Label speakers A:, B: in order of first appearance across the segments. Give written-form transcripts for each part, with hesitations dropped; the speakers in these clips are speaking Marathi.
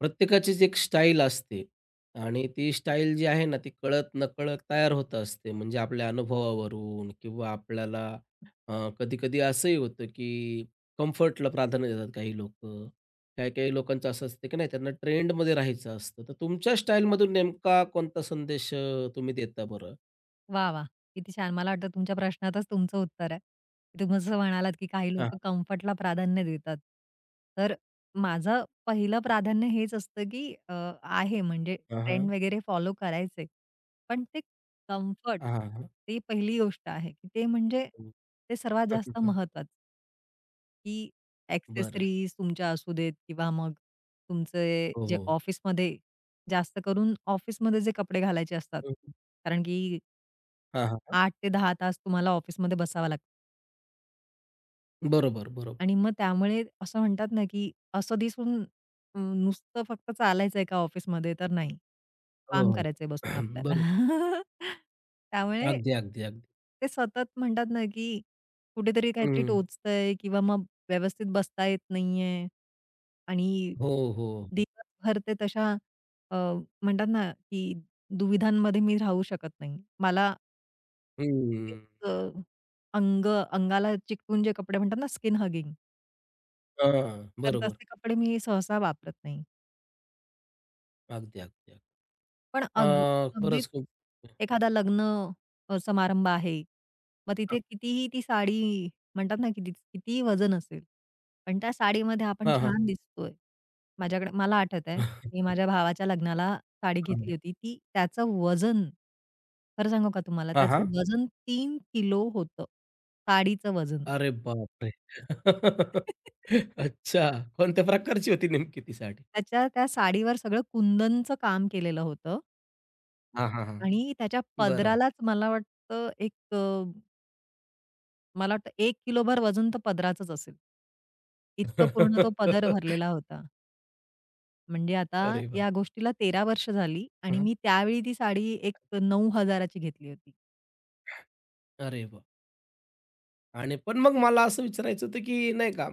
A: प्रत्येकाचीच एक स्टाईल असते आणि ती स्टाईल जी आहे ना, ती कळत-नकळत तयार होत असते. म्हणजे आपल्या अनुभवावरून किंवा आपल्याला अ, कधी-कधी असंही होतं, की कम्फर्टला प्राधान्य देतात काही लोक. काही-काही लोकांचं असं असतं, की नाही त्यांना ट्रेंडमध्ये राहायचं असतं. तर तुमच्या स्टाईलमधून नेमका कोणता संदेश तुम्ही देता बरं?
B: वाह! वाह! किती छान. मला वाटतं तुमच्या प्रश्नातच तुमचं उत्तर आहे. तुम्ही जसं म्हणालात, की काही
A: हां,
B: लोकं कम्फर्टला प्राधान्य देतात. तर माझं पहिलं प्राधान्य हेच असतं, की आहे म्हणजे
A: हां, हां.
B: ट्रेंड वगैरे फॉलो करायचे. पण ते कम्फर्ट
A: हां, हां, हां.
B: ती पहिली गोष्ट आहे, की ते म्हणजे ते सर्वात जास्त महत्त्वाचं, की
A: बरं.
B: एक्सेसरीज तुमच्या असू देत किंवा मग तुमचे
A: हो,
B: जे
A: हो.
B: ऑफिसमध्ये जास्त करून ऑफिसमध्ये जे कपडे घालायचे असतात.
A: हं, हं.
B: कारण की
A: हां, हां,
B: 8 ते 10 तास तुम्हाला ऑफिसमध्ये बसावं लागतं.
A: बरोबर, बरोबर.
B: आणि मग त्यामुळे असं म्हणतात ना, की असं दिसून नुसतं फक्त चालायचंय का ऑफिसमध्ये? तर नाही.
A: हो,
B: काम
A: हो.
B: करायचंय बसून आपल्याला.
A: बरोबर.
B: त्यामुळे
A: अगदी, अगदी, अगदी.
B: ते सतत म्हणतात ना, की कुठेतरी काहीतरी
A: हं.
B: टोचतंय किंवा मग व्यवस्थित बसता येत नाहीये. आणि
A: हो, हो, हो.
B: दिवसभर ते तशा अ, म्हणतात ना, की दुविधांमध्ये मी राहू शकत नाही. मला
A: हं.
B: अ, अंग अंगाला चिकटून जे कपडे म्हणतात ना स्किन हगिंग,
A: हां.
B: तर
A: बरोबर.
B: तसे कपडे मी सहसा वापरत नाही.
A: अगदी, अगदी, अगदी.
B: पण
A: अ, खरंच
B: अगदीच
A: खूप.
B: एखादा लग्न समारंभ आहे. मग तिथे कितीही ती साडी म्हणतात ना कितीही वजन असेल, पण त्या साडीमध्ये आपण
A: हां, हां, हां.
B: छान दिसतोय. माझ्याकडे मला आठवतंय, मी माझ्या भावाच्या लग्नाला साडी
A: हां,
B: घेतली होती. ती त्याचं वजन खरं सांगू का तुम्हाला त्याचं
A: हां,
B: वजन 3 किलो होतं. साडीचं वजन.
A: अरे बापरे! अच्छा. कोणत्या प्रकारची होती नेमकी ती साडी?
B: त्याच्या त्या साडीवर सगळं कुंदनचं काम केलेलं होतं
A: हां, हां, हां.
B: आणि त्याच्या
A: बरं.
B: पदरालाच मला वाटतं एक मला वाटतं 1 किलोभर वजन तर पदराचंच असेल. इतकं पूर्ण तो पदर भरलेला होता. म्हणजे आता
A: अरे बाप!
B: या गोष्टीला 13 वर्ष झाली आणि
A: हां.
B: मी त्यावेळी ती साडी एक 9000 ची घेतली होती.
A: अरे बाप. आणि पण मग मला असं विचारायचं होतं, की नाही का,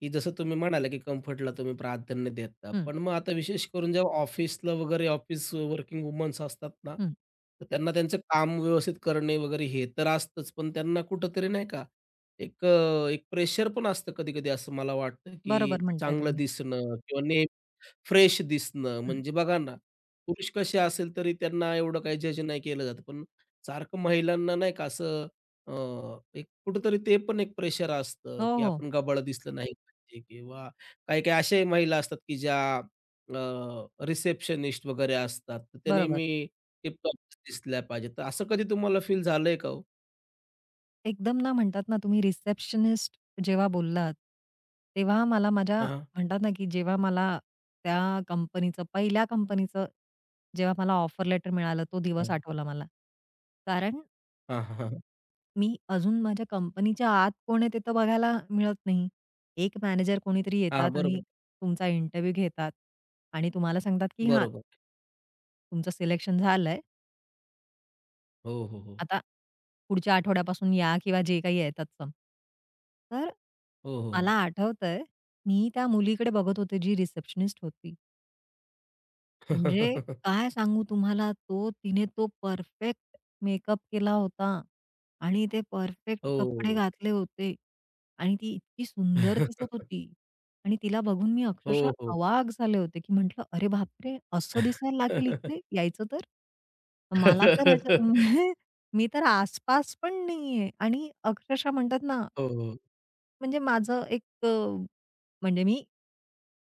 A: की जसं तुम्ही म्हणाला, की कम्फर्टला तुम्ही प्राधान्य देता.
B: हं,
A: पण मग आता विशेष करून जेव्हा ऑफिसला वगैरे ऑफिस वर्किंग वुमन्स असतात ना,
B: हं.
A: तर त्यांना त्यांचं काम व्यवस्थित करणे वगैरे हे तर असतंच. पण त्यांना कुठेतरी नाही का एक प्रेशर पण असतं कधी-कधी असं मला वाटतं,
B: बरोबर
A: की
B: म्हणताय
A: चांगलं
B: तुम्ही.
A: दिसणं किंवा फ्रेश दिसणं.
B: हं.
A: म्हणजे बघा ना, पुरुष कसे असेल तरी त्यांना एवढं काही जज नाही केलं जात. पण सारखं महिलांना नाही का असं अ, एक कुठेतरी ते पण एक प्रेशर असतं,
B: हो,
A: की
B: हो.
A: आपण गबाळ दिसलं नाही पाहिजे किंवा काही-काही अशाही महिला असतात, की ज्या रिसेप्शनिस्ट वगैरे असतात. तर त्या
B: बरोबर.
A: नेहमी टिप-टॉप दिसल्या पाहिजेत. तर असं कधी तुम्हाला फील झालंय का हो?
B: एकदम ना म्हणतात ना तुम्ही रिसेप्शनिस्ट जेव्हा बोललात, तेव्हा मला माझ्या
A: हां, हां.
B: म्हणतात ना, की जेव्हा मला त्या कंपनीचं पहिल्या कंपनीचं जेव्हा मला ऑफर लेटर मिळालं तो दिवस
A: हं.
B: आठवला मला. कारण
A: हां, हां, हां.
B: मी अजून माझ्या कंपनीच्या आत कोण आहे ते तर बघायला मिळत नाही. एक मॅनेजर कोणीतरी येतात
A: बरोबर,
B: आणि तुमचा इंटरव्ह्यू घेतात आणि तुम्हाला सांगतात, की हां,
A: बरोबर.
B: तुमचं सिलेक्शन झालंय.
A: हो, हो, हो.
B: आता पुढच्या आठवड्यापासून या किंवा जे काही आहे तत्सम. तर
A: हो, हो,
B: मला
A: हो.
B: आठवतंय, मी त्या मुलीकडे बघत होते जी रिसेप्शनिस्ट होती. म्हणजे काय सांगू तुम्हाला तो तिने तो परफेक्ट मेकअप केला होता आणि ते परफेक्ट कपडे
A: हो.
B: घातले होते आणि ती इतकी सुंदर दिसत होती आणि तिला बघून मी अक्षरशः
A: हो, हो.
B: अवाक झाले होते, की म्हटलं, "अरे बापरे! असं दिसायला लागेल इकडे यायचं तर? मला तर ह्याच्या" म्हणजे मी तर आसपास पण नाहीये आणि अक्षरशः म्हणतात ना
A: हो, हो.
B: म्हणजे माझं एक म्हणजे मी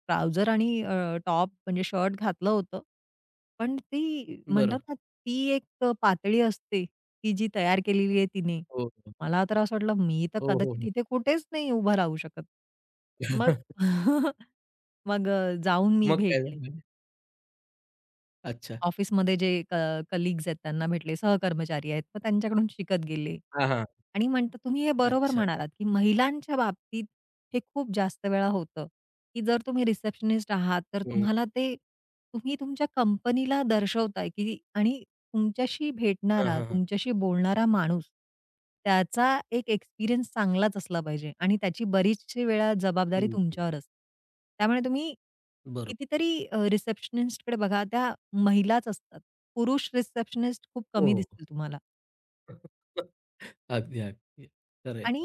B: ट्राउझर आणि टॉप म्हणजे शर्ट घातलं होतं. पण ती म्हणतात
A: बरं.
B: ना, ती एक पातळी असते, की जी तयार केलेली आहे तिने.
A: हो, हो.
B: मला तर असं वाटलं मी तर
A: हो, हो,
B: कदाचित
A: हो.
B: इथे कुठेच नाही उभा राहू शकत. मग मग जाऊन मी
A: मग काय
B: भेटले.
A: झालं? अच्छा.
B: ऑफिसमध्ये जे कलीग्स आहेत त्यांना भेटले, सहकर्मचारी आहेत, मग त्यांच्याकडून शिकत गेले.
A: हां, हां.
B: आणि म्हणतात तुम्ही हे बरोबर
A: अच्छा.
B: म्हणालात, की महिलांच्या बाबतीत हे खूप जास्त वेळा होतं, की जर तुम्ही रिसेप्शनिस्ट आहात, तर
A: हं.
B: तुम्हाला ते तुम्ही तुमच्या कंपनीला दर्शवताय, की आणि तुमच्याशी
A: हां,
B: भेटणारा,
A: हां, हां.
B: तुमच्याशी बोलणारा माणूस, त्याचा एक एक्सपिरियन्स चांगलाच असला पाहिजे आणि त्याची बरीचशी वेळा जबाबदारी
A: हं, हं.
B: तुमच्यावर असते. त्यामुळे तुम्ही
A: बरोबर.
B: कितीतरी रिसेप्शनिस्टकडे बघा, त्या महिलाच असतात. पुरुष रिसेप्शनिस्ट खूप
A: हो,
B: कमी
A: हो.
B: दिसतील तुम्हाला
A: अगदी, अगदी. खरं आहे.
B: आणि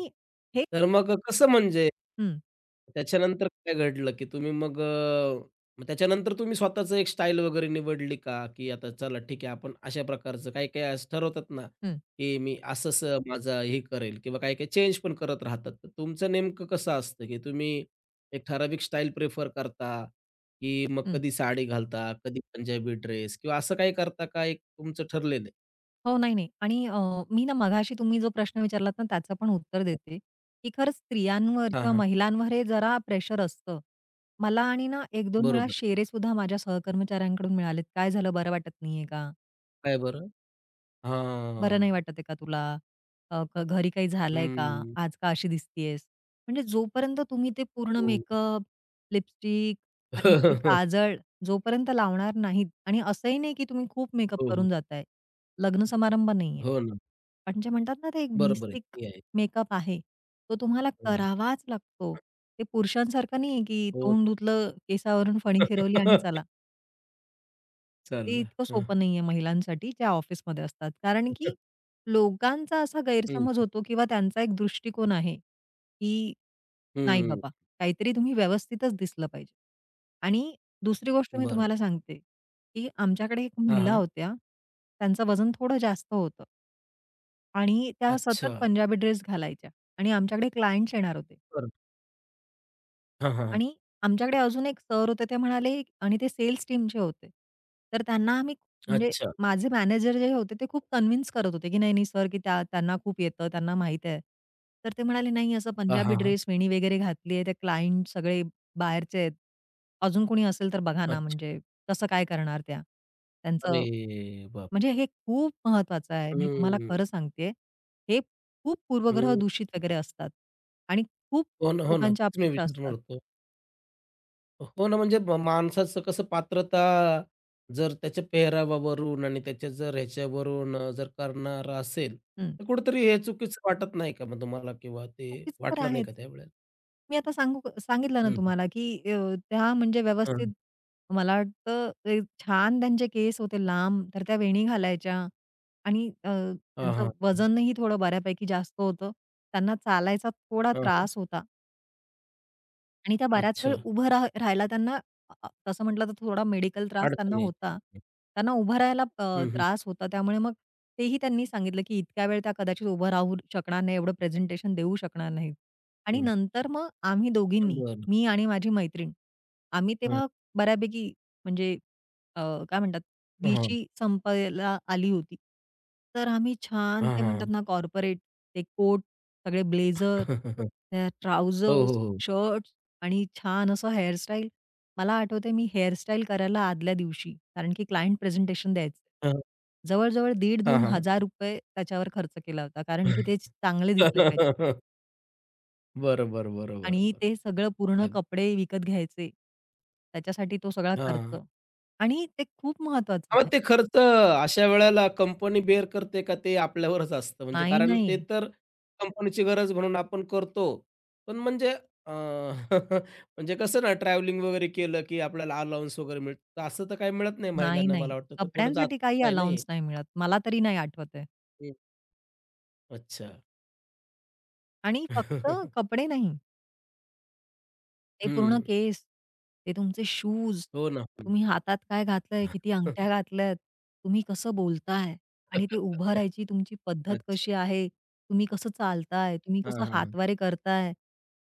B: हे
A: तर मग कसं म्हणजे
B: हं,
A: त्याच्यानंतर काय घडलं, की तुम्ही मग त्याच्यानंतर तुम्ही स्वतःचं एक स्टाईल वगैरे निवडली का? की आता चला ठीक आहे आपण अशा प्रकारचं काही-काही असं ठरवतात ना,
B: हं,
A: की मी असं-असं माझं हे करेल किंवा काही-काही चेंज पण करत राहतात. तर तुमचं नेमकं कसं असतं, की तुम्ही एक ठराविक स्टाईल प्रिफर करता, की मग
B: हं.
A: कधी साडी घालता, कधी पंजाबी ड्रेस किंवा असं काही करता का एक तुमचं ठरलेलं आहे?
B: हो, नाही, नाही. आणि मी ना मघाशी तुम्ही जो प्रश्न विचारलात ना, त्याचं पण उत्तर देते, की खरंच स्त्रियांवर
A: हां,
B: किंवा
A: हां.
B: महिलांवर हे जरा प्रेशर असतं. मला आणि ना 1-2 वेळा
A: बरोबर.
B: शेरेसुद्धा माझ्या सहकर्मचाऱ्यांकडून मिळालेत, "काय झालं, बरं वाटत नाहीये का?"
A: काय बरं?
B: बरं
A: हां.
B: नाही वाटत आहे का तुला? घरी काही झालंय का?
A: हं.
B: आज का अशी दिसतीयेस? म्हणजे जोपर्यंत तुम्ही ते पूर्ण
A: हो.
B: मेकअप, लिपस्टिक आणि ते काजळ जोपर्यंत लावणार नाहीत आणि असंही नाही की तुम्ही खूप मेकअप
A: हो, हो.
B: करून जाताय. लग्न समारंभ नाहीये.
A: हो ना.
B: पण जे म्हणतात ना, ते एक
A: बरोबर आहे.
B: बेसिक
A: ती आहे.
B: मेकअप आहे, तो तुम्हाला
A: हं.
B: करावाच लागतो. ते पुरुषांसारखं नाहीये की
A: हो
B: तोंड
A: ना.
B: धुतलं, केसावरून फणी फिरवली आणि चला. ते
A: चाललं.
B: इतकं
A: हं,
B: सोपं नाहीये महिलांसाठी ज्या ऑफिसमध्ये असतात. कारण की लोकांचा असा
A: हं.
B: गैरसमज होतो किंवा त्यांचा एक दृष्टिकोन आहे, की नाही
A: हं.
B: बाबा, काहीतरी तुम्ही व्यवस्थितच दिसलं पाहिजे. आणि दुसरी गोष्ट मी
A: बरं.
B: तुम्हाला सांगते, की आमच्याकडे एक
A: हां,
B: महिला
A: हां.
B: होत्या, त्यांचं वजन थोडं जास्त होतं. आणि त्या सतत
A: अच्छा.
B: पंजाबी ड्रेस घालायच्या आणि आमच्याकडे क्लायंट्स येणार होते.
A: बरं. हां, हां.
B: आणि आमच्याकडे अजून एक सर होते ते म्हणाले आणि ते सेल्स टीमचे होते. तर त्यांना आम्ही म्हणजे
A: अच्छा.
B: माझे मॅनेजर जे होते ते खूप कन्विन्स करत होते, की नाही-नाही सर, की त्या त्यांना खूप येतं, त्यांना माहीत आहे. तर ते म्हणाले, "नाही असं
A: हां,
B: पंजाबी
A: हां, हां.
B: ड्रेस, वेणी वगैरे घातली आहे, ते क्लायंट सगळे बाहेरचे आहेत. अजून कोणी असेल तर बघा ना,
A: अच्छा.
B: म्हणजे कसं काय करणार त्या?"
A: अरे
B: त्यांचं
A: बाप!
B: म्हणजे हे खूप महत्वाचं आहे. मी तुम्हाला
A: हं,
B: खरं सांगते. हे खूप पूर्वग्रह
A: हं.
B: दूषित वगैरे असतात आणि खूप
A: हो ना, हो ना.
B: लोकांच्या
A: तेच मी
B: अपेक्षा
A: विचारणार
B: असतात.
A: होतो. हो ना, म्हणजे माणसाचं कसं पात्रता जर त्याच्या पेहरावावरून आणि त्याच्या जर ह्याच्यावरून जर करणार असेल,
B: हं.
A: तर कुठेतरी हे चुकीचं वाटत नाही का मग तुम्हाला किंवा ते
B: नक्कीच तर
A: वाटलं नाही
B: आहेच.
A: का त्यावेळेला?
B: मी आता सांगू सांगितलं ना
A: हं, हं.
B: तुम्हाला, की त्या म्हणजे
A: हां,
B: व्यवस्थित मला वाटतं ते छान त्यांचे केस होते लांब, तर त्या वेणी घालायच्या आणि
A: हां, हां.
B: त्यांचं वजनही थोडं बऱ्यापैकी जास्त होतं. त्यांना चालायचा थोडा
A: हां,
B: त्रास होता. आणि त्या बऱ्याच
A: अच्छा.
B: वेळ उभं राहायला त्यांना अ, अ, तसं म्हटलं तर थोडा मेडिकल त्रास त्यांना
A: अडचण
B: होता.
A: यायची.
B: त्यांना उभं राहायला
A: हं, हं,
B: त्रास होता. त्यामुळे मग तेही त्यांनी सांगितलं, की इतक्या वेळ त्या कदाचित उभं राहू शकणार नाही, एवढं प्रेझेंटेशन देऊ शकणार नाहीत. आणि
A: हं.
B: नंतर मग आम्ही दोघींनी,
A: बरं.
B: मी आणि माझी मैत्रीण, आम्ही
A: हं.
B: तेव्हा बऱ्यापैकी म्हणजे अ, काय म्हणतात,
A: हां.
B: 20शी संपायला आली होती. तर आम्ही छान
A: हां,
B: ते
A: हां.
B: म्हणतात ना, कॉर्पोरेट ते कोट, सगळे ब्लेझर, त्या
A: हो, हो,
B: ट्राउझर्स,
A: हो.
B: शर्ट आणि छान असं हेअरस्टाईल मला आठवतंय मी हेअरस्टाईल करायला आदल्या दिवशी, कारण की क्लायंट प्रेझेंटेशन द्यायचं.
A: हं.
B: जवळ-जवळ दीड
A: हां,
B: दोन
A: हां.
B: हजार रुपये त्याच्यावर खर्च केला होता, कारण की ते चांगले दिसले पाहिजे
A: बरोबर, बरोबर,
B: आणि
A: बरोबर.
B: ते सगळं पूर्ण
A: अग.
B: कपडे विकत घ्यायचे. त्याच्यासाठी तो सगळा
A: हां.
B: खर्च आणि ते खूप महत्वाचं
A: अहो,
B: आहे.
A: ते खर्च अशा वेळेला कंपनी बेअर करते का ते आपल्यावरच असतं. म्हणजे
B: नाही,
A: कारण ते
B: नाही.
A: तर कंपनीची गरज म्हणून आपण करतो. पण म्हणजे अ, म्हणजे कसं ना ट्रॅव्हलिंग वगैरे केलं, की आपल्याला अलाउन्स वगैरे मिळतं. असं तर काही मिळत नाही
B: नाही,
A: महिलांना मला
B: नाही.
A: वाटतं. तर थोडं
B: कपड्यांसाठी काही
A: जाचक आहे ना हे.
B: अलाउअन्स नाही मिळत. मला तरी नाही आठवत आहे
A: अच्छा.
B: आणि फक्त कपडे नाही. ते पूर्ण
A: हं.
B: केस, ते तुमचे शूज,
A: हो ना. हं.
B: तुम्ही हातात काय घातलंय, किती अंगठ्या घातल्यात, तुम्ही कसं बोलताय आणि ते उभं राहायची तुमची पद्धत
A: अच्छा.
B: कशी आहे, तुम्ही कसं चालताय, तुम्ही
A: हां,
B: कसं
A: हां, हां.
B: हातवारे करताय,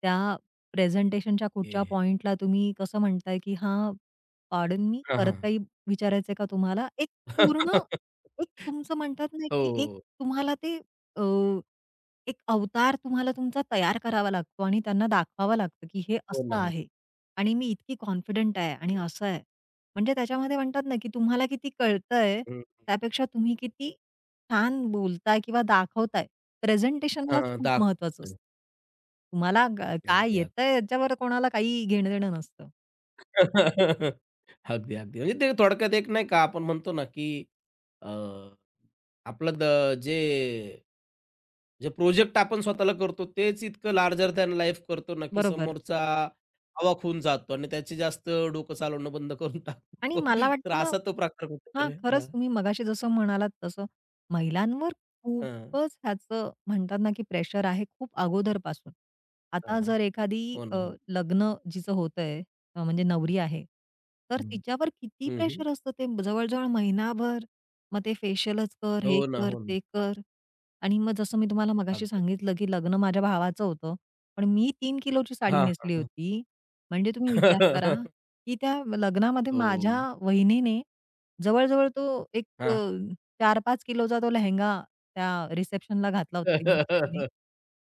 B: त्या प्रेझेंटेशनच्या
A: ओके.
B: कुठच्या पॉइंटला तुम्ही कसं म्हणताय, की "हां, पार्डन मी,
A: हां,
B: परत
A: हां.
B: काही विचारायचंय का तुम्हाला?" एक पूर्ण एक तुमचं म्हणतात ना, की एक
A: हो.
B: तुम्हाला ते अ, एक अवतार तुम्हाला तुमचा तयार करावा लागतो आणि त्यांना दाखवावं लागतं, की हे
A: हो ना.
B: असं
A: हो.
B: आहे आणि मी इतकी कॉन्फिडंट आहे आणि असं आहे. म्हणजे त्याच्यामध्ये म्हणतात ना, की तुम्हाला किती कळतंय,
A: हं.
B: त्यापेक्षा तुम्ही किती छान बोलताय किंवा दाखवताय. प्रेझेंटेशनलाच
A: हां,
B: खूप महत्वाचं
A: दाखवतो.
B: असतं. तुम्हाला ग काय
A: अगदी, अगदी.
B: येतंय याच्यावर कोणाला काही घेणं-देणं नसतं.
A: अगदी, अगदी. म्हणजे ते थोडक्यात एक नाही का आपण म्हणतो ना, की अ, आपलं जे जे प्रोजेक्ट आपण स्वतःला करतो तेच इतकं लार्जर दॅन लाईफ करतो ना, की
B: बरोबर.
A: समोरचा अवाक होऊन जातो आणि त्याची जास्त डोकं चालवणं बंद करून
B: आणि
A: टाकतो.
B: मला
A: तर
B: वाटतं ना
A: असा तो प्रकार
B: हां,
A: कुठेतरी. हां,
B: खरंच तुम्ही मगाशी जसं म्हणालात तसं महिलांवर
A: हां,
B: खूपच ह्याचं म्हणतात ना, की प्रेशर आहे खूप अगोदरपासून. आता
A: हां.
B: जर एखादी
A: हो ना, हो.
B: लग्न जिचं होतंय म्हणजे नवरी आहे, तर
A: हं,
B: तिच्यावर किती
A: हं, हं.
B: प्रेशर असतं ते जवळ-जवळ महिनाभर. मग ते फेशियलच कर, हे
A: हो ना,
B: कर,
A: हो ना.
B: ते कर आणि मग जसं मी तुम्हाला मगाशी
A: अगदी.
B: सांगितलं, की लग्न माझ्या भावाचं होतं, पण मी 3 किलोची साडी
A: हां, हां,
B: नेसली
A: हां.
B: होती. म्हणजे तुम्ही विचार करा, की त्या लग्नामध्ये
A: हो.
B: माझ्या वहिनीने जवळ-जवळ तो एक
A: हां.
B: 4-5 किलोचा तो लेहेंगा त्या रिसेप्शनला घातला होता तिने बिचारीने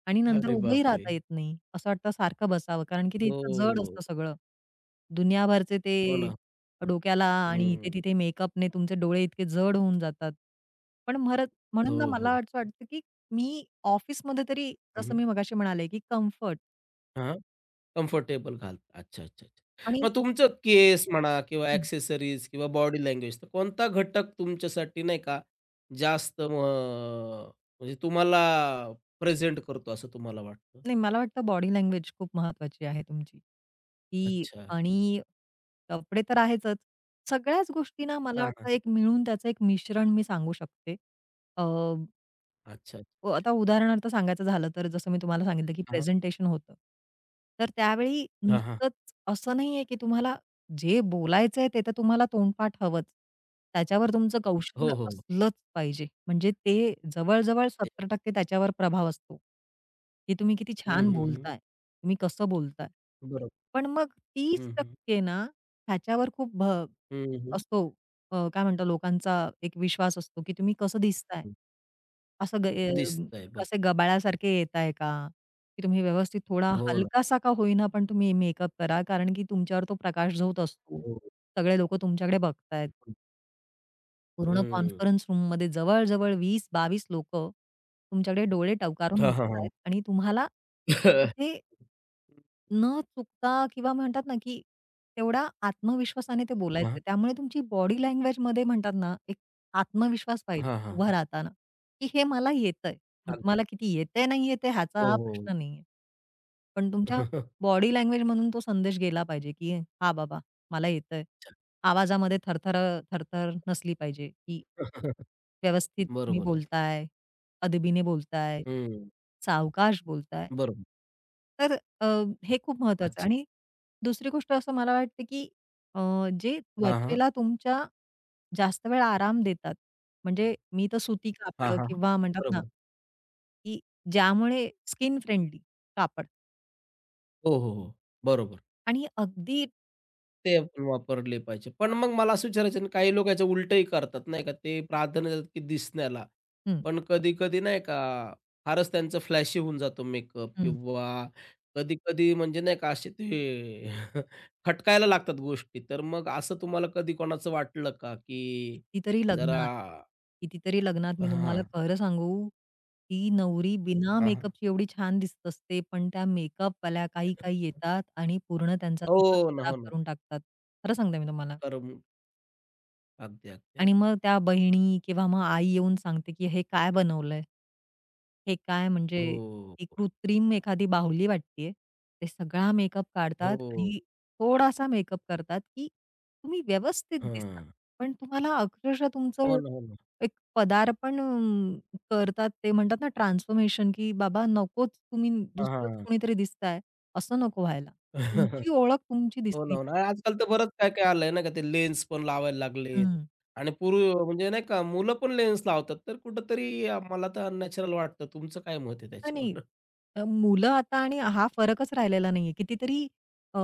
B: आणि नंतर
A: अरे
B: उभंही
A: बापरे!
B: राहता येत नाही. असं वाटतं सारखं बसावं कारण की ते इतकं जड
A: हो.
B: असतं सगळं. दुनियाभरचे ते
A: हो ना.
B: डोक्याला आणि
A: हं.
B: इथे-तिथे मेकअपने तुमचे डोळे इतके जड होऊन जातात. पण म्हणून ना
A: हो,
B: मला
A: हो.
B: असं वाटतं, की मी ऑफिसमध्ये तरी
A: हं,
B: जसं
A: हं.
B: मी मगाशी म्हणाले, की कम्फर्ट
A: कम्फर्टेबल घालता. अच्छा, अच्छा, अच्छा.
B: आणि
A: मग तुमचं केस म्हणा किंवा एक्सेसरीज किंवा बॉडी लँग्वेज, तर कोणता घटक तुमच्यासाठी नाही का जास्त म म्हणजे तुम्हाला प्रेझेंट करतो असं तुम्हाला वाटतं?
B: नाही, मला वाटतं बॉडी लँग्वेज खूप महत्वाची आहे तुमची, की
A: अच्छा.
B: आणि कपडे तर आहेतच. सगळ्याच गोष्टी ना, मला
A: हां, हां.
B: वाटतं एक मिळून त्याचं एक मिश्रण मी सांगू शकते. अ
A: अच्छा.
B: अ, आता उदाहरणार्थ सांगायचं झालं तर जसं मी तुम्हाला सांगितलं, की
A: हां.
B: प्रेझेंटेशन होतं. तर त्यावेळी
A: हां, हां.
B: नुसतंच असं नाहीये, की तुम्हाला जे बोलायचंय ते तर तुम्हाला तोंडपाठ हवंच. त्याच्यावर तुमचं कौशल्य
A: हो, हो.
B: असलंच पाहिजे. म्हणजे ते जवळ-जवळ
A: ते
B: 70% त्याच्यावर प्रभाव असतो, की तुम्ही किती
A: हं,
B: छान
A: हं, हं.
B: बोलताय, तुम्ही कसं बोलताय.
A: बरोबर.
B: पण मग
A: हं, हं.
B: 30% ना, ह्याच्यावर खूप
A: हं, हं.
B: असतो काय म्हणतात लोकांचा एक विश्वास असतो, की तुम्ही कसं दिसताय?
A: हं.
B: असं
A: दिसतंय बरोबर.
B: कसे गबाळासारखे येताय का? की तुम्ही व्यवस्थित थोडा
A: हो ना.
B: हलकासा का होईना, पण तुम्ही मेकअप करा, कारण की तुमच्यावर तो प्रकाश झोत असतो.
A: हो.
B: सगळे लोकं तुमच्याकडे बघतायत. पूर्ण
A: हं.
B: कॉन्फरन्स रूममध्ये जवळ-जवळ 20-22 लोकं तुमच्याकडे डोळे टवकारून
A: हां, हां, हां.
B: बघतायत आणि तुम्हाला तिथे न चुकता किंवा म्हणतात ना, की तेवढा आत्मविश्वासाने ते
A: हां,
B: बोलायचं. त्यामुळे तुमची बॉडी लँग्वेजमध्ये म्हणतात ना, एक आत्मविश्वास पाहिजे
A: हां, हां.
B: उभा
A: हां,
B: राहताना, की हे मला येतंय. मग तुम्हाला किती येतंय, नाही येतंय
A: हो,
B: ह्याचा हा
A: हो.
B: प्रश्न नाहीये. पण तुमच्या
A: अच्छा.
B: बॉडी लँग्वेजमधून तो संदेश गेला पाहिजे, की "हां, बाबा मला येतंय." आवाजामध्ये थरथर थरथर नसली पाहिजे, की व्यवस्थित तुम्ही
A: बरोबर आहे.
B: बोलताय, अदबीने बोलताय,
A: हं.
B: सावकाश बोलताय.
A: बरोबर.
B: तर अ, हे खूप महत्वाचं
A: अच्छा.
B: आणि दुसरी गोष्ट असं मला वाटतं, की अ, जे
A: हां, हां.
B: त्वचेला तुमच्या जास्त वेळ आराम देतात, म्हणजे मी तर सुती
A: हां,
B: कापडं
A: हां, हां.
B: किंवा म्हणतात ना,
A: बरोबर.
B: की ज्यामुळे स्किन फ्रेंडली कापड
A: हो, हो, हो. बरोबर.
B: आणि अगदी
A: ते आपण वापरले पाहिजे. पण
B: हां,
A: मग मला असं विचारायचं आहे ना, काही लोक याचं उलटंही करतात नाही का, ते प्राधान्य देतात की दिसण्याला.
B: हं,
A: पण कधी-कधी नाही का, फारच त्यांचं फ्लॅशी होऊन जातो मेकअप
B: हं.
A: किंवा कधी-कधी म्हणजे नाही का असे ते खटकायला लागतात गोष्टी. तर मग असं तुम्हाला कधी कोणाचं वाटलं का, की
B: कितीतरी
A: जरा.
B: लग्नात, कितीतरी लग्नात मी
A: हां,
B: तुम्हाला
A: हां.
B: खरं सांगू, ती नवरी बिना
A: हां,
B: मेकअपची एवढी छान दिसत असते, पण त्या मेकअपवाल्या काही-काही येतात आणि पूर्ण त्यांचा दिवस
A: हो ना, हो
B: खराब
A: ना.
B: करून टाकतात. खरं सांगते मी तुम्हाला.
A: करम अगदी, अगदी,
B: आणि
A: अगदी.
B: मग त्या बहिणी किंवा मग आई येऊन सांगते, की "हे काय बनवलंय? हे काय म्हणजे
A: हो,
B: ही कृत्रिम एखादी बाहुली वाटतेय." ते सगळा मेकअप काढतात
A: हो.
B: आणि थोडासा मेकअप करतात, की तुम्ही व्यवस्थित दिसता.
A: हां.
B: पण तुम्हाला अक्षरशः
A: हो
B: तुमचं
A: ना, हो ना.
B: एक पदार्पण करतात. ते म्हणतात ना ट्रान्सफॉर्मेशन, की "बाबा नकोच, तुम्ही
A: हां,
B: दुसरंच
A: हां.
B: कोणीतरी दिसताय." असं नको व्हायला. तुमची ओळख तुमची
A: हो ना,
B: दिसली
A: हो ना.
B: पाहिजे.
A: आजकाल तर बरंच काय-काय आलंय ना, का ते लेन्स पण लावायला लागलेत
B: हं.
A: आणि पूर्वी म्हणजे नाही का मुलं पण लेन्स लावतात, तर कुठेतरी मला तर अननॅचरल वाटतं. तुमचं काय मत आहे
B: नाही, नाही.
A: त्याच्यावर?
B: मुलं आता आणि हा फरकच राहिलेला नाहीये. कितीतरी अ,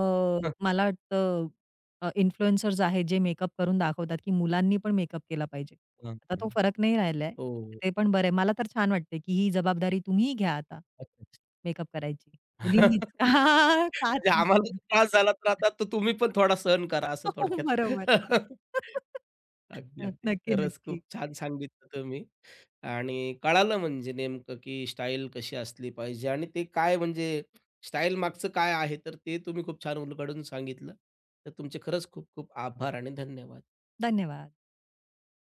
B: मला वाटतं इन्फ्लुएन्सर्स आहेत जे मेकअप करून दाखवतात, की मुलांनी पण मेकअप केला पाहिजे.
A: हां,
B: आता
A: हां.
B: तो फरक नाही राहिलाय.
A: हो.
B: ते पण बरं आहे. मला तर छान वाटते, की ही जबाबदारी तुम्हीही घ्या आता
A: अच्छा.
B: मेकअप करायची. मुलींनीच का? का
A: म्हणजे आम्हाला
B: सांगताय?
A: त्रास झाला, तर आता तर तुम्ही पण थोडा सहन करा असं
B: हो, हो,
A: थोडक्यात.
B: बरोबर.
A: अगदी, अगदी.
B: नक्की,
A: खरंच खूप
B: नक्की.
A: छान सांगितलं तुम्ही आणि कळालं म्हणजे नेमकं की स्टाईल कशी असली पाहिजे आणि ते काय म्हणजे स्टाईल मागचं काय आहे, तर ते तुम्ही खूप छान उलगडून सांगितलं. तर तुमचे खरंच खूप खूप आभार आणि धन्यवाद.
B: धन्यवाद.